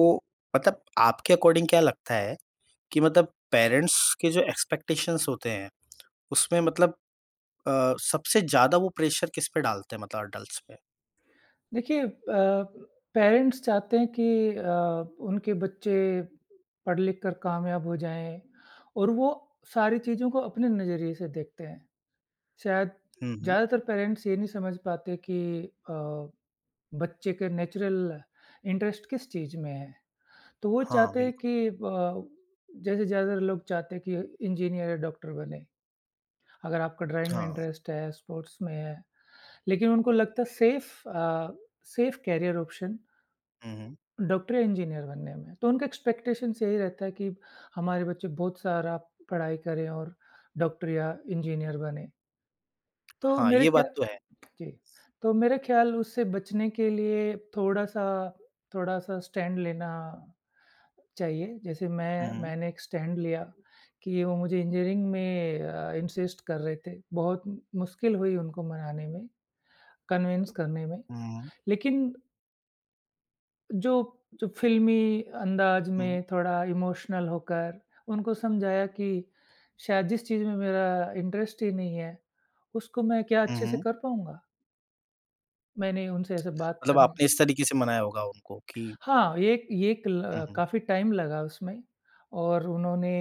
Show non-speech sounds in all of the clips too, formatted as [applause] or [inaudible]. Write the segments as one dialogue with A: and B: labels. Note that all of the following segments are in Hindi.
A: तो मतलब आपके अकॉर्डिंग क्या लगता है कि मतलब पेरेंट्स के जो एक्सपेक्टेशंस होते हैं उसमें मतलब सबसे ज़्यादा वो प्रेशर किस पे डालते हैं मतलब अडल्ट्स पे?
B: देखिए पेरेंट्स चाहते हैं कि अ, उनके बच्चे पढ़ लिख कर कामयाब हो जाएँ और वो सारी चीज़ों को अपने नज़रिए से देखते हैं। शायद
A: हुँ, हुँ।
B: ज़्यादातर पेरेंट्स ये नहीं समझ पाते कि अ, बच्चे के नेचुरल इंटरेस्ट किस चीज़ में है। तो वो
A: हाँ,
B: चाहते हैं
A: बिल्कुल,
B: कि जैसे ज़्यादातर लोग चाहते हैं कि इंजीनियर या डॉक्टर बने। अगर आपका ड्राइंग में
A: हाँ।
B: इंटरेस्ट है, स्पोर्ट्स में है, लेकिन उनको लगता है सेफ़ करियर ऑप्शन
A: हुँ, हुँ।
B: डॉक्टर या इंजीनियर बनने में। तो उनका एक्सपेक्टेशंस यही रहता है कि हमारे बच्चे बहुत सारा पढ़ाई करें और डॉक्टर या इंजीनियर बने। तो
A: हाँ,
B: मेरे
A: ये
B: ख्या
A: बात तो है।
B: जी, तो मेरे ख्याल उससे बचने के लिए थोड़ा-सा थोड़ा-सा स्टैंड लेना चाहिए। जैसे
A: हुँ,
B: मैं
A: हुँ।
B: मैंने एक स्टैंड लिया कि वो मुझे इंजीनियरिंग में इंसिस्ट कर रहे थे। बहुत मुश्किल हुई उनको मनाने में, कन्विंस करने में।
A: हुँ,
B: लेकिन जो जो फ़िल्मी अंदाज़
A: हुँ, हुँ,
B: में थोड़ा इमोशनल होकर उनको समझाया कि शायद जिस चीज़ में मेरा इंटरेस्ट ही नहीं है, उसको मैं क्या
A: हुँ,
B: अच्छे से
A: हुँ।
B: कर पाऊँगा? मैंने उनसे ऐसे बात
A: मतलब
B: करनी
A: आपने इस तरीके से मनाया होगा उनको कि।
B: हाँ, ये कल
A: हुँ, हुँ।
B: काफ़ी टाइम लगा उसमें और उन्होंने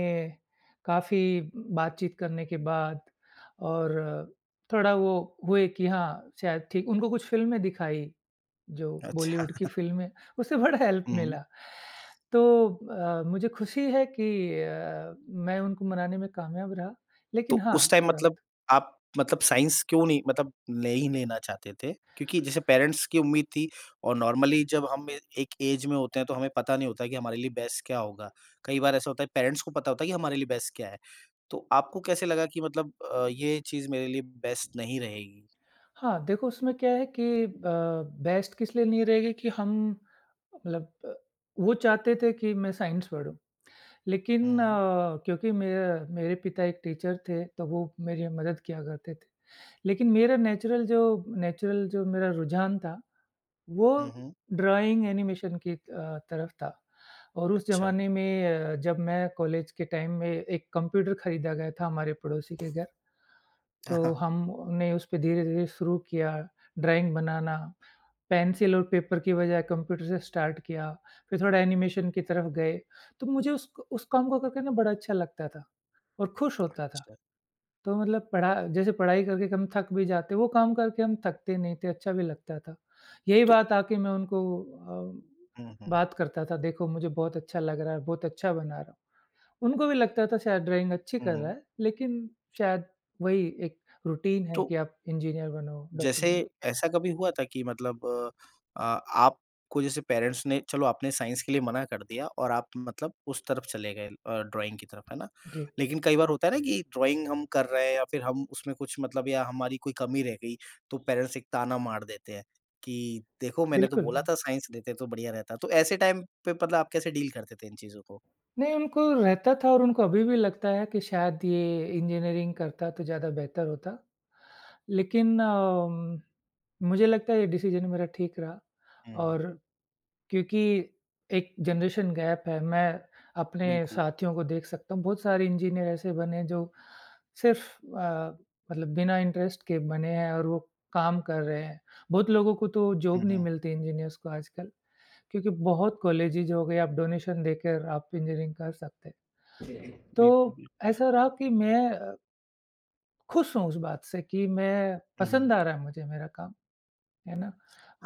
B: काफ़ी बातचीत करने के बाद और थोड़ा वो हुए कि हाँ, शायद ठीक उनको कुछ फ़िल्में दिखाई जो
A: अच्छा।
B: बॉलीवुड की फ़िल्में उससे [laughs] बड़ा हेल्प
A: हुँ, हुँ।
B: मिला। तो मुझे खुशी है कि मैं उनको मनाने में कामयाब रहा। लेकिन
A: तो
B: हाँ,
A: उस टाइम
B: थोड़ा
A: मतलब आप मतलब साइंस क्यों नहीं मतलब नहीं लेना चाहते थे? क्योंकि जैसे पेरेंट्स की उम्मीद थी और नॉर्मली जब हम ए एक एज में होते हैं तो हमें पता नहीं होता कि हमारे लिए बेस्ट क्या होगा। कई बार ऐसा होता है पेरेंट्स को पता होता है कि हमारे लिए बेस्ट क्या है। तो आपको कैसे लगा कि मतलब ये चीज़ मेरे लिए बेस्ट नहीं रहेगी?
B: हाँ, देखो उसमें क्या है कि बेस्ट किस लिए नहीं रहेगी कि हम मतलब वो चाहते थे कि मैं साइंस पढूँ।
A: हुँ,
B: लेकिन
A: हुँ।
B: क्योंकि मेरा मेरे पिता एक टीचर थे, तो वो मेरी मदद किया करते थे। लेकिन मेरा नेचुरल जो मेरा रुझान था वो
A: हुँ, हुँ।
B: ड्राइंग एनिमेशन की तरफ था और उस
A: अच्छा,
B: ज़माने में जब मैं कॉलेज के टाइम में एक कंप्यूटर खरीदा गया था हमारे पड़ोसी के घर, तो
A: [laughs]
B: हमने उस पे धीरे-धीरे शुरू किया ड्राइंग बनाना, पेंसिल और पेपर की बजाय कंप्यूटर से स्टार्ट किया, फिर थोड़ा एनिमेशन की तरफ गए, तो मुझे उस काम को करके ना बड़ा अच्छा लगता था। और खुश होता था।
A: अच्छा। अच्छा।
B: तो मतलब पढ़ा जैसे पढ़ाई करके हम थक भी जाते, वो काम करके हम थकते नहीं थे, अच्छा भी लगता था। यही
A: तो
B: बात आके मैं उनको अ,
A: हुँ, हुँ।
B: बात करता था, देखो मुझे बहुत अच्छा लग रहा है, बहुत अच्छा बना रहा हूँ। उनको भी लगता था शायद ड्राइंग अच्छी
A: हुँ,
B: कर रहा
A: हुँ।
B: है, लेकिन शायद वही एक रूटीन है
A: तो
B: कि आप इंजीनियर बनो, डॉक्टर
A: जैसे
B: बनो।
A: ऐसा कभी हुआ था कि मतलब आपको जैसे पेरेंट्स ने चलो आपने साइंस के लिए मना कर दिया और आप मतलब उस तरफ चले गए, ड्राइंग की तरफ, है ना?
B: जी,
A: लेकिन कई बार होता है ना कि ड्राइंग हम कर रहे हैं या फिर हम उसमें कुछ मतलब या हमारी कोई कमी रह गई, तो पेरेंट्स एक ताना मार देते हैं कि देखो मैंने तो
B: बिल्कुल।
A: बोला था साइंस लेते तो बढ़िया रहता। तो ऐसे टाइम पे मतलब आप कैसे डील करते थे इन चीज़ों को?
B: नहीं, उनको रहता था और उनको अभी भी लगता है कि शायद ये इंजीनियरिंग करता तो ज़्यादा बेहतर होता। लेकिन मुझे लगता है ये डिसीज़न मेरा ठीक रहा
A: हुँ,
B: और क्योंकि एक जनरेशन गैप है, मैं अपने
A: बिल्कुल।
B: साथियों को देख सकता हूँ, बहुत सारे इंजीनियर ऐसे बने हैं जो सिर्फ़ अ, मतलब बिना इंटरेस्ट के बने हैं और वो काम कर रहे हैं। बहुत लोगों को तो जॉब
A: हुँ,
B: नहीं
A: हुँ।
B: मिलती इंजीनियर्स को आजकल। क्योंकि बहुत कॉलेजेज हो गए, आप डोनेशन देकर आप इंजीनियरिंग कर सकते हैं। जी।
A: बिल्कुल,
B: तो
A: बिल्कुल।
B: ऐसा रहा कि मैं खुश हूँ उस बात से कि मैं
A: हुँ, हुँ।
B: पसंद आ रहा है मुझे मेरा काम, है ना?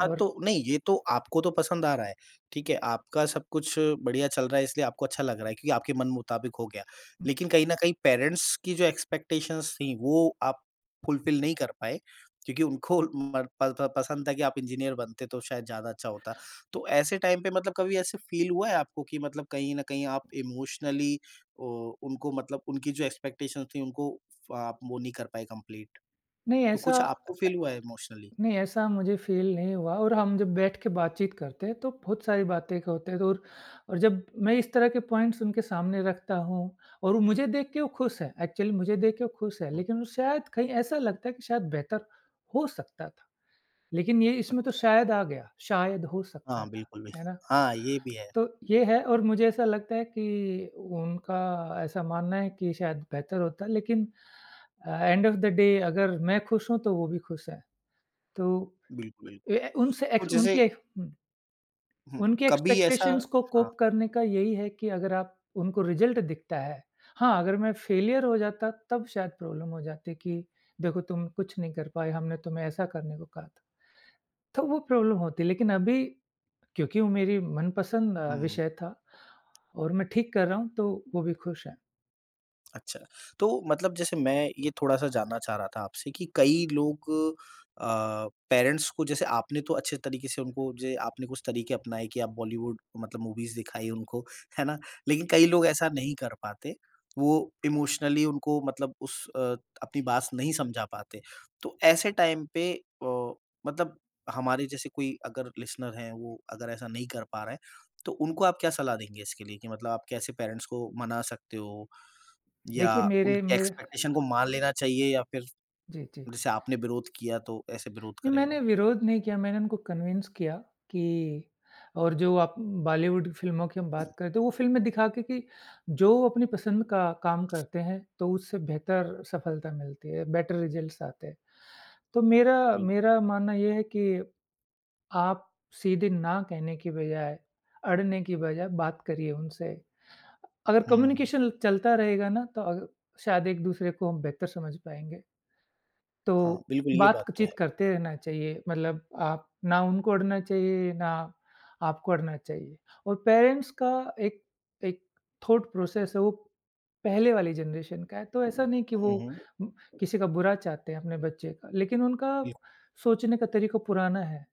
A: हाँ, तो नहीं, ये तो आपको तो पसंद आ रहा है, ठीक है? आपका सब कुछ बढ़िया चल रहा है इसलिए आपको अच्छा लग रहा है क्योंकि आपके मन मुताबिक हो गया।
B: उम,
A: लेकिन कहीं न कहीं पेरेंट्स की जो एक्सपेक्टेशंस थी वो आप फुलफिल नहीं कर पाए क्योंकि उनको मर प प पसंद था कि आप इंजीनियर बनते तो शायद ज़्यादा अच्छा होता। तो ऐसे टाइम पे मतलब कभी ऐसे फ़ील हुआ है आपको कि मतलब कहीं न कहीं आप इमोशनली उनको मतलब उनकी जो एक्सपेक्टेशंस थी उनको आप वो नहीं कर पाए कंप्लीट?
B: नहीं
A: तो
B: ऐसा
A: कुछ आपको फ़ील हुआ है इमोशनली?
B: नहीं ऐसा मुझे फ़ील नहीं हुआ और हम जब बैठ के बातचीत करते हैं, तो बहुत सारी बातें होते हैं तो और जब मैं इस तरह के पॉइंट्स उनके सामने रखता हूँ और वो मुझे देख के वो खुश है, एक्चुअली मुझे देख के वो खुश है,
A: हुँ।
B: लेकिन वो शायद कहीं ऐसा लगता है कि शायद बेहतर हो सकता लेकिन ये इसमें तो शायद आ गया, शायद हो सकता
A: हाँ,
B: था,
A: बिल्कुल भी।
B: है ना?
A: हाँ, ये भी है।
B: तो ये है और मुझे ऐसा लगता है कि उनका ऐसा मानना है कि शायद बेहतर होता, लेकिन एंड ऑफ द डे अगर मैं खुश हूँ, तो वो भी खुश हैं। तो
A: बिल्कुल,
B: ए,
A: बिल्कुल।
B: उनसे
A: तो
B: एक्स
A: जैसे,
B: उनके हुँ,
A: हुँ,
B: उनके
A: कभी ऐसा,
B: एक्सपेक्टेशंस को
A: हाँ,
B: कोप करने का यही है कि अगर आप उनको रिज़ल्ट दिखता है हाँ, अगर मैं फेलियर हो जाता, तब शायद प्रॉब्लम हो जाती कि देखो तुम कुछ नहीं कर पाए, हमने तुम्हें ऐसा करने को कहा था। तो वो प्रॉब्लम होती, लेकिन अभी क्योंकि वो मेरी मनपसंद
A: हुँ।
B: विषय था और मैं ठीक कर रहा हूँ, तो वो भी खुश हैं।
A: अच्छा, तो मतलब जैसे मैं ये थोड़ा-सा जानना चाह रहा था आपसे कि कई लोग पेरेंट्स को जैसे आपने तो अच्छे तरीके से उनको जे आपने कुछ तरीके अपनाए कि आप बॉलीवुड मतलब मूवीज़ दिखाई उनको, है ना? लेकिन कई लोग ऐसा नहीं कर पाते, वो इमोशनली उनको मतलब उस, अपनी बात नहीं समझा पाते। तो ऐसे टाइम पे, मतलब हमारे जैसे कोई अगर लिसनर हैं, वो अगर ऐसा नहीं कर पा रहे हैं, तो उनको आप क्या सलाह देंगे इसके लिए कि मतलब आप कैसे पेरेंट्स को मना सकते हो? या
B: देखिए मेरे
A: उनकी
B: मेरे
A: एक्सपेक्टेशन को मान लेना चाहिए या फिर
B: जी, जी।
A: जैसे आपने विरोध किया तो ऐसे विरोध
B: नहीं
A: करें
B: मैंने
A: वो?
B: विरोध नहीं किया, मैंने उनको कन्विंस किया कि और जो आप बॉलीवुड फ़िल्मों की हम बात करें, तो वो फ़िल्में दिखा के कि जो अपनी पसंद का काम करते हैं, तो उससे बेहतर सफलता मिलती है, बेटर रिज़ल्ट्स आते हैं। तो मेरा
A: बिल
B: मेरा मानना ये है कि आप सीधे ना कहने की बजाय, अड़ने की बजाय बात करिए उनसे। अगर
A: हुँ,
B: कम्युनिकेशन चलता रहेगा ना तो अग शायद एक-दूसरे को हम बेहतर समझ पाएँगे। तो
A: हाँ, बिल्कुल ये बात तो
B: बातचीत
A: है।
B: करते रहना चाहिए मतलब आप ना उनको अड़ना चाहिए, ना आपको अड़ना चाहिए। और पेरेंट्स का एक एक थॉट प्रोसेस है वो पहले वाली जनरेशन का है, तो
A: हुँ,
B: ऐसा नहीं कि वो
A: हुँ,
B: उम, किसी का बुरा चाहते हैं अपने बच्चे का, लेकिन उनका
A: बिल्कुल।
B: सोचने का तरीका पुराना है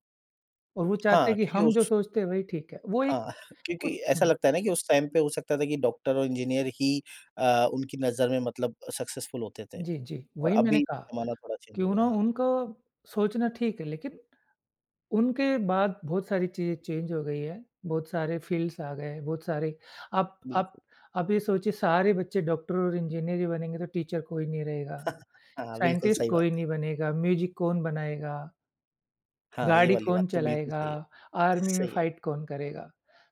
B: और वो चाहते
A: हाँ,
B: हैं कि
A: क्योंकि
B: हम जो
A: उस
B: सोचते हैं वही ठीक है।
A: हाँ,
B: वो एक
A: [laughs]
B: कुछ
A: क्योंकि ऐसा
B: हुँ,
A: लगता है ना कि उस टाइम पे हो सकता था कि डॉक्टर और इंजीनियर ही, उनकी नज़र में मतलब सक्सेसफुल होते थे
B: जी, जी,
A: और
B: वही मैंने
A: अभी
B: कहा।
A: ज़माना थोड़ा चेंज हो
B: क्यों ना
A: गया। हाँ,
B: उनका सोचना ठीक है, लेकिन उनके बाद बहुत सारी चीज़ें चेंज हो गई है, बहुत सारे फ़ील्ड्स आ गए हैं, बहुत सारे आप आप
A: बिल्कुल।
B: आप ये सोचिए सारे बच्चे डॉक्टर और इंजीनियर ही बनेंगे तो टीचर कोई नहीं रहेगा,
A: हाँ, बिल्कुल
B: साइंटिस्ट
A: सही बात
B: कोई
A: है।
B: नहीं बनेगा, म्यूज़िक कौन बनाएगा,
A: हाँ, ये
B: गाड़ी
A: वाली
B: कौन
A: बात तो बिल्कुल
B: चलाएगा,
A: सही है।
B: आर्मी में
A: सही है,
B: फ़ाइट कौन करेगा।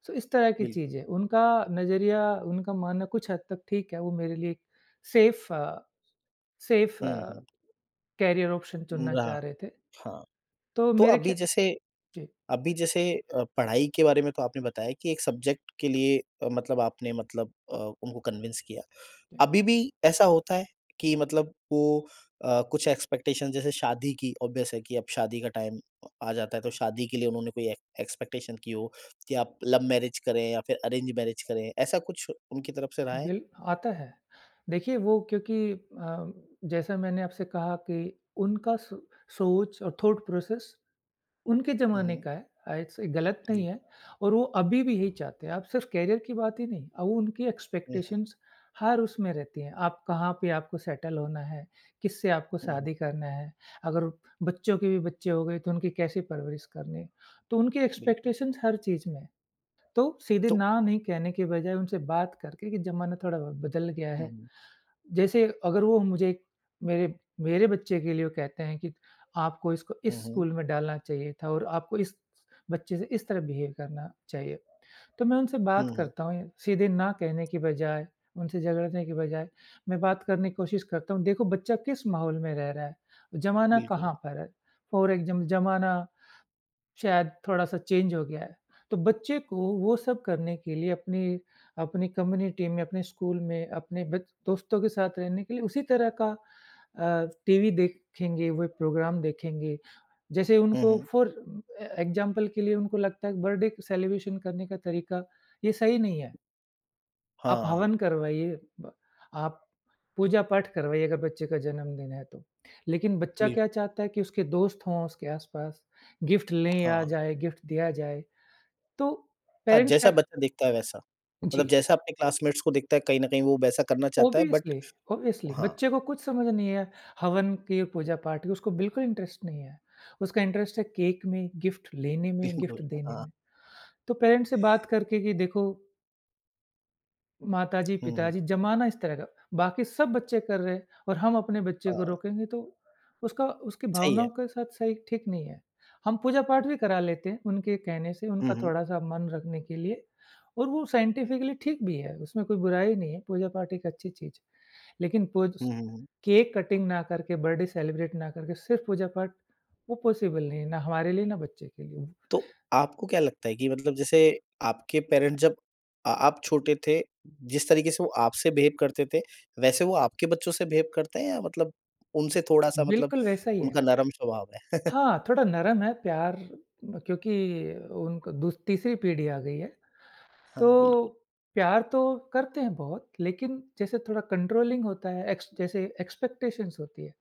B: सो इस तरह की
A: बिल्कुल।
B: चीज़ें, उनका नज़रिया, उनका मानना कुछ हद तक ठीक है, वो मेरे लिए सेफ़ अ, सेफ़
A: हुँ, हुँ।
B: करियर ऑप्शन चुनना
A: रहा,
B: चाह रहे थे।
A: हाँ,
B: तो
A: तो
B: मेरे
A: अभी
B: ख्या
A: जैसे
B: जी।
A: अभी जैसे पढ़ाई के बारे में तो आपने बताया कि एक सब्जेक्ट के लिए मतलब आपने मतलब उनको कन्विंस किया।
B: जी,
A: अभी भी ऐसा होता है कि मतलब वो कुछ एक्सपेक्टेशन जैसे शादी की ऑब्वियस है कि अब शादी का टाइम आ जाता है तो शादी के लिए उन्होंने कोई एक एक्सपेक्टेशन की हो कि आप लव मैरिज करें या फिर अरेंज मैरिज करें, ऐसा कुछ उनकी तरफ से रहा है?
B: बिल आता है। देखिए वो क्योंकि जैसा मैंने आपसे कहा कि उनका सोच और थॉट प्रोसेस उनके
A: हुँ,
B: ज़माने
A: हुँ।
B: का है। इट्स गलत नहीं
A: बिल
B: है और वो अभी भी यही चाहते हैं। आप सिर्फ़ करियर की बात ही नहीं, अब वो उनकी
A: हुँ, हुँ,
B: एक्सपेक्टेशंस हर उसमें रहती हैं। आप कहाँ पे आपको सेटल होना है, किससे आपको
A: हुँ, हुँ,
B: शादी करना है, अगर बच्चों के भी बच्चे हो गए तो उनकी कैसे परवरिश करनी है। तो उनकी
A: बिल्कुल।
B: एक्सपेक्टेशंस हर चीज़ में है। तो सीधे
A: तो
B: ना नहीं कहने के बजाय उनसे बात करके कि ज़माना थोड़ा ब बदल गया
A: हुँ,
B: है।
A: हुँ,
B: जैसे अगर वो मुझे मेरे मेरे बच्चे के लिए वो कहते हैं कि आपको इसको
A: हुँ,
B: इस
A: हुँ,
B: स्कूल में डालना चाहिए था और आपको इस बच्चे से इस तरह बिहेव करना चाहिए। तो मैं उनसे बात
A: हुँ, हुँ,
B: करता हूँ, सीधे ना कहने की बजाय, उनसे झगड़ने की बजाय, मैं बात करने की कोशिश करता हूँ, देखो बच्चा किस माहौल में रह रहा है, ज़माना
A: बिल्कुल।
B: कहाँ पर है। फॉर एग्ज़ाम्पल ज़माना शायद थोड़ा-सा चेंज हो गया है। तो बच्चे को वो सब करने के लिए अपनी अपनी कम्युनिटी में, अपने स्कूल में, अपने बच दोस्तों के साथ रहने के लिए उसी तरह का टीवी देखेंगे, वो प्रोग्राम देखेंगे। जैसे
A: हुँ,
B: उनको
A: हुँ।
B: फॉर एग्ज़ाम्पल के लिए उनको लगता है बर्थडे सेलिब्रेशन करने का तरीका ये सही नहीं है। आप
A: हाँ,
B: हवन करवाइए, ब आप पूजा-पाठ करवाइए अगर बच्चे का जन्मदिन है तो। लेकिन बच्चा क्या
A: बिल्कुल,
B: चाहता है कि उसके दोस्त हों उसके आस-पास, गिफ्ट ले आ
A: हाँ।
B: जाए, गिफ्ट दिया जाए। तो
A: हाँ,
B: पेरेंट्स का
A: जैसा बच्चा दिखता है वैसा। मतलब
B: जी,
A: जैसा अपने क्लासमेट्स को दिखता है कहीं न कहीं वो वैसा करना चाहता है, बट।
B: ऑब्वियसली, ऑब्वियसली
A: हाँ,
B: बच्चे को कुछ समझ नहीं है हवन की, पूजा-पाठ की, उसको बिल्कुल इंटरेस्ट नहीं है। उसका इंटरेस्ट है केक में, गिफ्ट लेने में,
A: बिल्कुल,
B: गिफ्ट देने
A: हाँ,
B: में। तो पेरेंट्स से बात करके कि देखो माताजी,
A: हुँ, हुँ,
B: पिताजी ज़माना इस तरह का, बाकी सब बच्चे कर रहे हैं और हम अपने बच्चे को
A: हाँ,
B: रोकेंगे तो उसका उसकी
A: सही है।
B: भावनाओं के साथ सही ठीक नहीं है। हम पूजा-पाठ भी करा लेते हैं उनके कहने से,
A: हुँ,
B: उनका
A: हुँ,
B: थोड़ा-सा मन रखने के लिए और वो साइंटिफिकली ठीक भी है, उसमें कोई बुराई नहीं है, पूजा-पाठ एक अच्छी चीज़ है। लेकिन पूज
A: हुँ, हुँ, हुँ।
B: केक कटिंग ना करके, बर्थडे सेलिब्रेट ना करके सिर्फ़ पूजा-पाठ वो पॉसिबल नहीं है, ना हमारे लिए ना बच्चे के लिए।
A: तो आपको क्या लगता है कि मतलब जैसे आपके पेरेंट्स जब, आप छोटे थे, जिस तरीके से वो आपसे बिहेव करते थे, वैसे वो आपके बच्चों से बिहेव करते हैं या मतलब उनसे थोड़ा-सा मतलब
B: बिल्कुल वैसा ही है।
A: उनका नरम स्वभाव है? [laughs]
B: हाँ, थोड़ा नरम है प्यार म क्योंकि उनको दूस तीसरी पीढ़ी आ गई है,
A: हाँ,
B: तो
A: बिल्कुल।
B: प्यार तो करते हैं बहुत, लेकिन जैसे थोड़ा कंट्रोलिंग होता है, एक्स जैसे एक्सपेक्टेशंस होती है।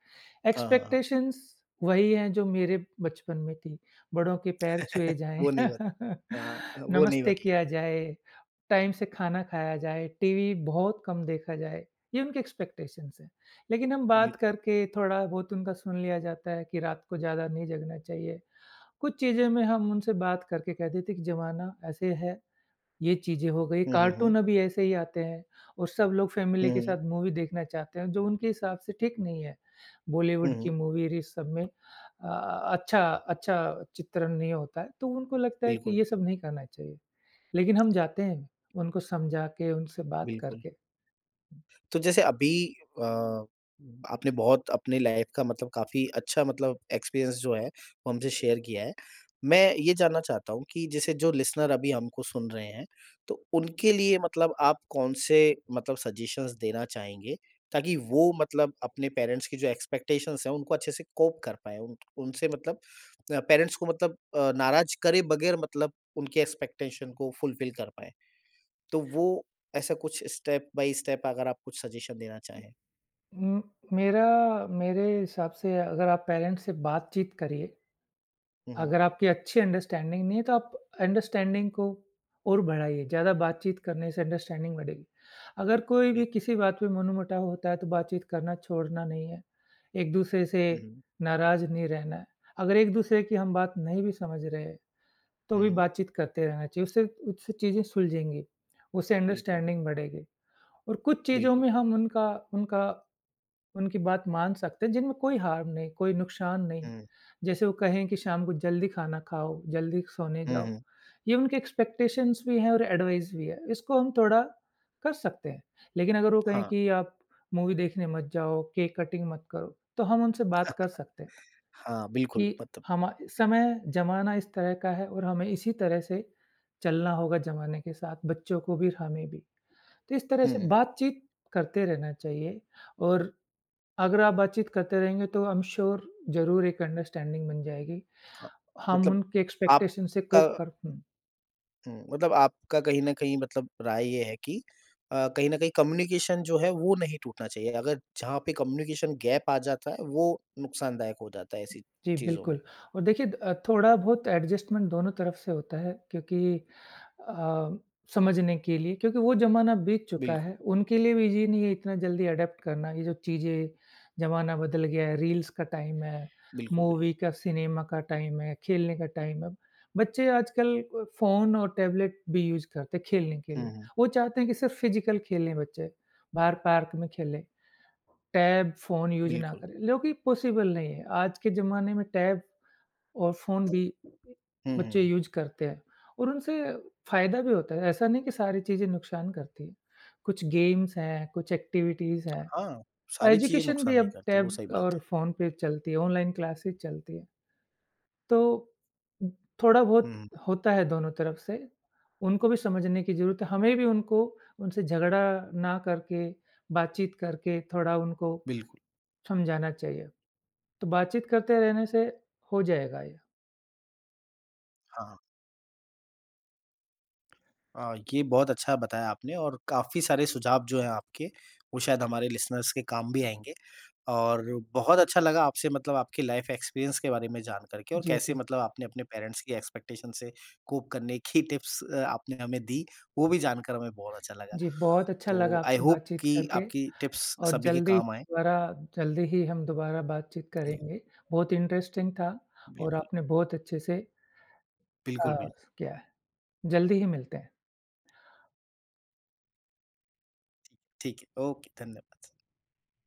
A: हाँ, हाँ, हाँ।
B: एक्सपेक्टेशंस वही हैं जो मेरे बचपन में थी, बड़ों के पैर छुए
A: [laughs]
B: जाएँ,
A: वो नहीं बदली।
B: [laughs]
A: हाँ, हाँ, वो नहीं
B: नमस्ते
A: बदली।
B: किया जाए टाइम से खाना खाया जाए, टीवी बहुत कम देखा जाए, ये उनके एक्सपेक्टेशंस हैं। लेकिन हम
A: बिल
B: बात करके थोड़ा बहुत उनका सुन लिया जाता है कि रात को ज़्यादा नहीं जगना चाहिए। कुछ चीज़ें में हम उनसे बात करके कह देते कि ज़माना ऐसे है, ये चीज़ें हो गई,
A: हुँ, हुँ, हुँ।
B: कार्टून अभी ऐसे ही आते हैं और सब लोग फैमिली
A: हुँ,
B: के
A: हुँ।
B: साथ मूवी देखना चाहते हैं, जो उनके हिसाब से ठीक नहीं है।
A: हुँ,
B: बॉलीवुड की
A: हुँ।
B: मूवी और इस सब में अ, अच्छा अच्छा चित्रण नहीं होता है, तो उनको लगता है कि
A: बिल्कुल।
B: ये सब नहीं करना चाहिए। लेकिन हम जाते हैं, उनको समझा के, उनसे बात
A: बिल्कुल।
B: करके।
A: तो जैसे अभी, अ, आपने बहुत अपनी लाइफ़ का मतलब काफ़ी अच्छा मतलब एक्सपीरियंस जो है, वो हमसे शेयर किया है। मैं ये जानना चाहता हूँ कि जैसे जो लिसनर अभी हमको सुन रहे हैं, तो उनके लिए मतलब आप कौन से मतलब सजेशंस देना चाहेंगे, ताकि वो मतलब अपने पेरेंट्स की जो एक्सपेक्टेशंस हैं, उनको अच्छे से कोप कर पाएँ? उन उनसे मतलब, पेरेंट्स को मतलब नाराज़ करे बगैर मतलब उनकी एक्सपेक्टेशन को फुलफ़िल कर पाएँ। तो वो ऐसा कुछ स्टेप बाय स्टेप अगर आप कुछ सजेशन देना चाहें?
B: उम, मेरा मेरे हिसाब से अगर आप पेरेंट्स से बातचीत करिए,
A: हुँ, हुँ।
B: अगर आपकी अच्छी अंडरस्टैंडिंग नहीं है तो आप अंडरस्टैंडिंग को और बढ़ाइए, ज़्यादा बातचीत करने से अंडरस्टैंडिंग बढ़ेगी। अगर कोई
A: बिल
B: भी किसी बात पे मनमुटाव होता है तो बातचीत करना छोड़ना नहीं है, एक-दूसरे से
A: हुँ, हुँ।
B: नाराज़ नहीं रहना है। अगर एक-दूसरे की हम बात नहीं भी समझ रहे हैं, तो
A: हुँ,
B: भी
A: हुँ।
B: बातचीत करते रहना चाहिए, उससे उससे चीज़ें सुलझेंगी, उससे
A: बिल्कुल,
B: अंडरस्टैंडिंग बढ़ेगी। और कुछ चीज़ों
A: बिल्कुल।
B: में हम उनका उनका उनकी बात मान सकते हैं जिनमें कोई हार्म नहीं, कोई नुकसान नहीं।
A: हुँ,
B: जैसे वो कहें कि शाम को जल्दी खाना खाओ, जल्दी सोने
A: हुँ,
B: जाओ।
A: हुँ।
B: ये उनके एक्सपेक्टेशंस भी हैं और एडवाइस भी है। इसको हम थोड़ा कर सकते हैं। लेकिन अगर वो कहें
A: हाँ,
B: कि आप मूवी देखने मत जाओ, केक कटिंग मत करो, तो हम उनसे बात कर सकते हैं
A: हाँ, बिल्कुल
B: कि
A: मतलब।
B: हमा समय ज़माना इस तरह का है और हमें इसी तरह से चलना होगा ज़माने के साथ, बच्चों को भी और हमें भी। तो इस तरह से
A: हुँ,
B: बातचीत करते रहना चाहिए और अगर आप बातचीत करते रहेंगे तो आई एम श्योर ज़रूर एक अंडरस्टैंडिंग बन जाएगी।
A: हाँ।
B: हम
A: मतलब
B: उनके एक्सपेक्टेशन से
A: आपका,
B: कोप कर हुँ।
A: मतलब आपका कहीं न कहीं मतलब राय ये है कि, कहीं न कहीं कम्युनिकेशन जो है वो नहीं टूटना चाहिए। अगर जहाँ पे कम्युनिकेशन गैप आ जाता है वो नुकसानदायक हो जाता है ऐसी
B: जी,
A: चीज़ों में।
B: बिल्कुल और देखिए थोड़ा बहुत एडजस्टमेंट दोनों तरफ से होता है क्योंकि अ, समझने के लिए क्योंकि वो ज़माना बीत चुका
A: बिल्कुल,
B: है, उनके लिए भी ईज़ी नहीं है इतना जल्दी एडॉप्ट करना, ये जो चीज़ें ज़माना बदल गया है, रील्स का टाइम है,
A: बिल्कुल, बिल्कुल।
B: मूवी का, सिनेमा का टाइम है, खेलने का टाइम है। बच्चे आजकल फ़ोन और टैबलेट भी यूज़ करते हैं खेलने के
A: हुँ,
B: लिए,
A: हुँ।
B: वो चाहते हैं कि सिर्फ़ फिज़िकल खेलें बच्चे, बाहर पार्क में खेलें। टैब, फ़ोन यूज़ ना
A: बिल्कुल।
B: करें, जो कि पॉसिबल नहीं है। आज के ज़माने में टैब और फ़ोन भी
A: हुँ,
B: बच्चे
A: हुँ।
B: यूज़ करते हैं और उनसे फ़ायदा भी होता है, ऐसा नहीं कि सारी चीज़ें नुकसान करती हैं। कुछ गेम्स हैं, कुछ एक्टिविटीज़ हैं
A: हाँ,
B: और
A: सारी चीज़ें
B: एजुकेशन भी
A: नुकसान नहीं
B: अब
A: करती, वो
B: टैब
A: सही बात
B: और
A: है।
B: फ़ोन पे चलती है, ऑनलाइन क्लासेस चलती हैं। तो थोड़ा बहुत
A: हुँ,
B: होता है दोनों तरफ से, उनको भी समझने की ज़रूरत है, हमें भी उनको उनसे झगड़ा ना करके, बातचीत करके थोड़ा उनको
A: बिल्कुल,
B: समझाना चाहिए। तो बातचीत करते रहने से हो जाएगा ये।
A: हाँ। ये बहुत अच्छा बताया आपने और काफ़ी सारे सुझाव जो हैं आपके, वो शायद हमारे लिसनर्स के काम भी आएँगे और बहुत अच्छा लगा आपसे मतलब आपकी लाइफ़ एक्सपीरियंस के बारे में जान कर के और
B: जी,
A: कैसे
B: जी।
A: मतलब आपने अपने पेरेंट्स की एक्सपेक्टेशन से कोप करने की टिप्स, आपने हमें दी, वो भी जानकर हमें बहुत अच्छा लगा।
B: जी, बहुत अच्छा लगा
A: तो आई
B: आपसे [laughs]
A: होप
B: बातचीत
A: कि
B: करके
A: आपकी टिप्स
B: और
A: सभी के
B: जल्दी
A: काम आएँ।
B: दोबारा जल्दी ही हम दोबारा बातचीत
A: बिल
B: करेंगे। बहुत इंटरेस्टिंग था और
A: बिल्कुल,
B: आपने बहुत अच्छे से अ,
A: बिल्कुल, बिल्कुल।
B: किया है। जल्दी ही मिलते हैं।
A: ठीक है, ओके, धन्यवाद।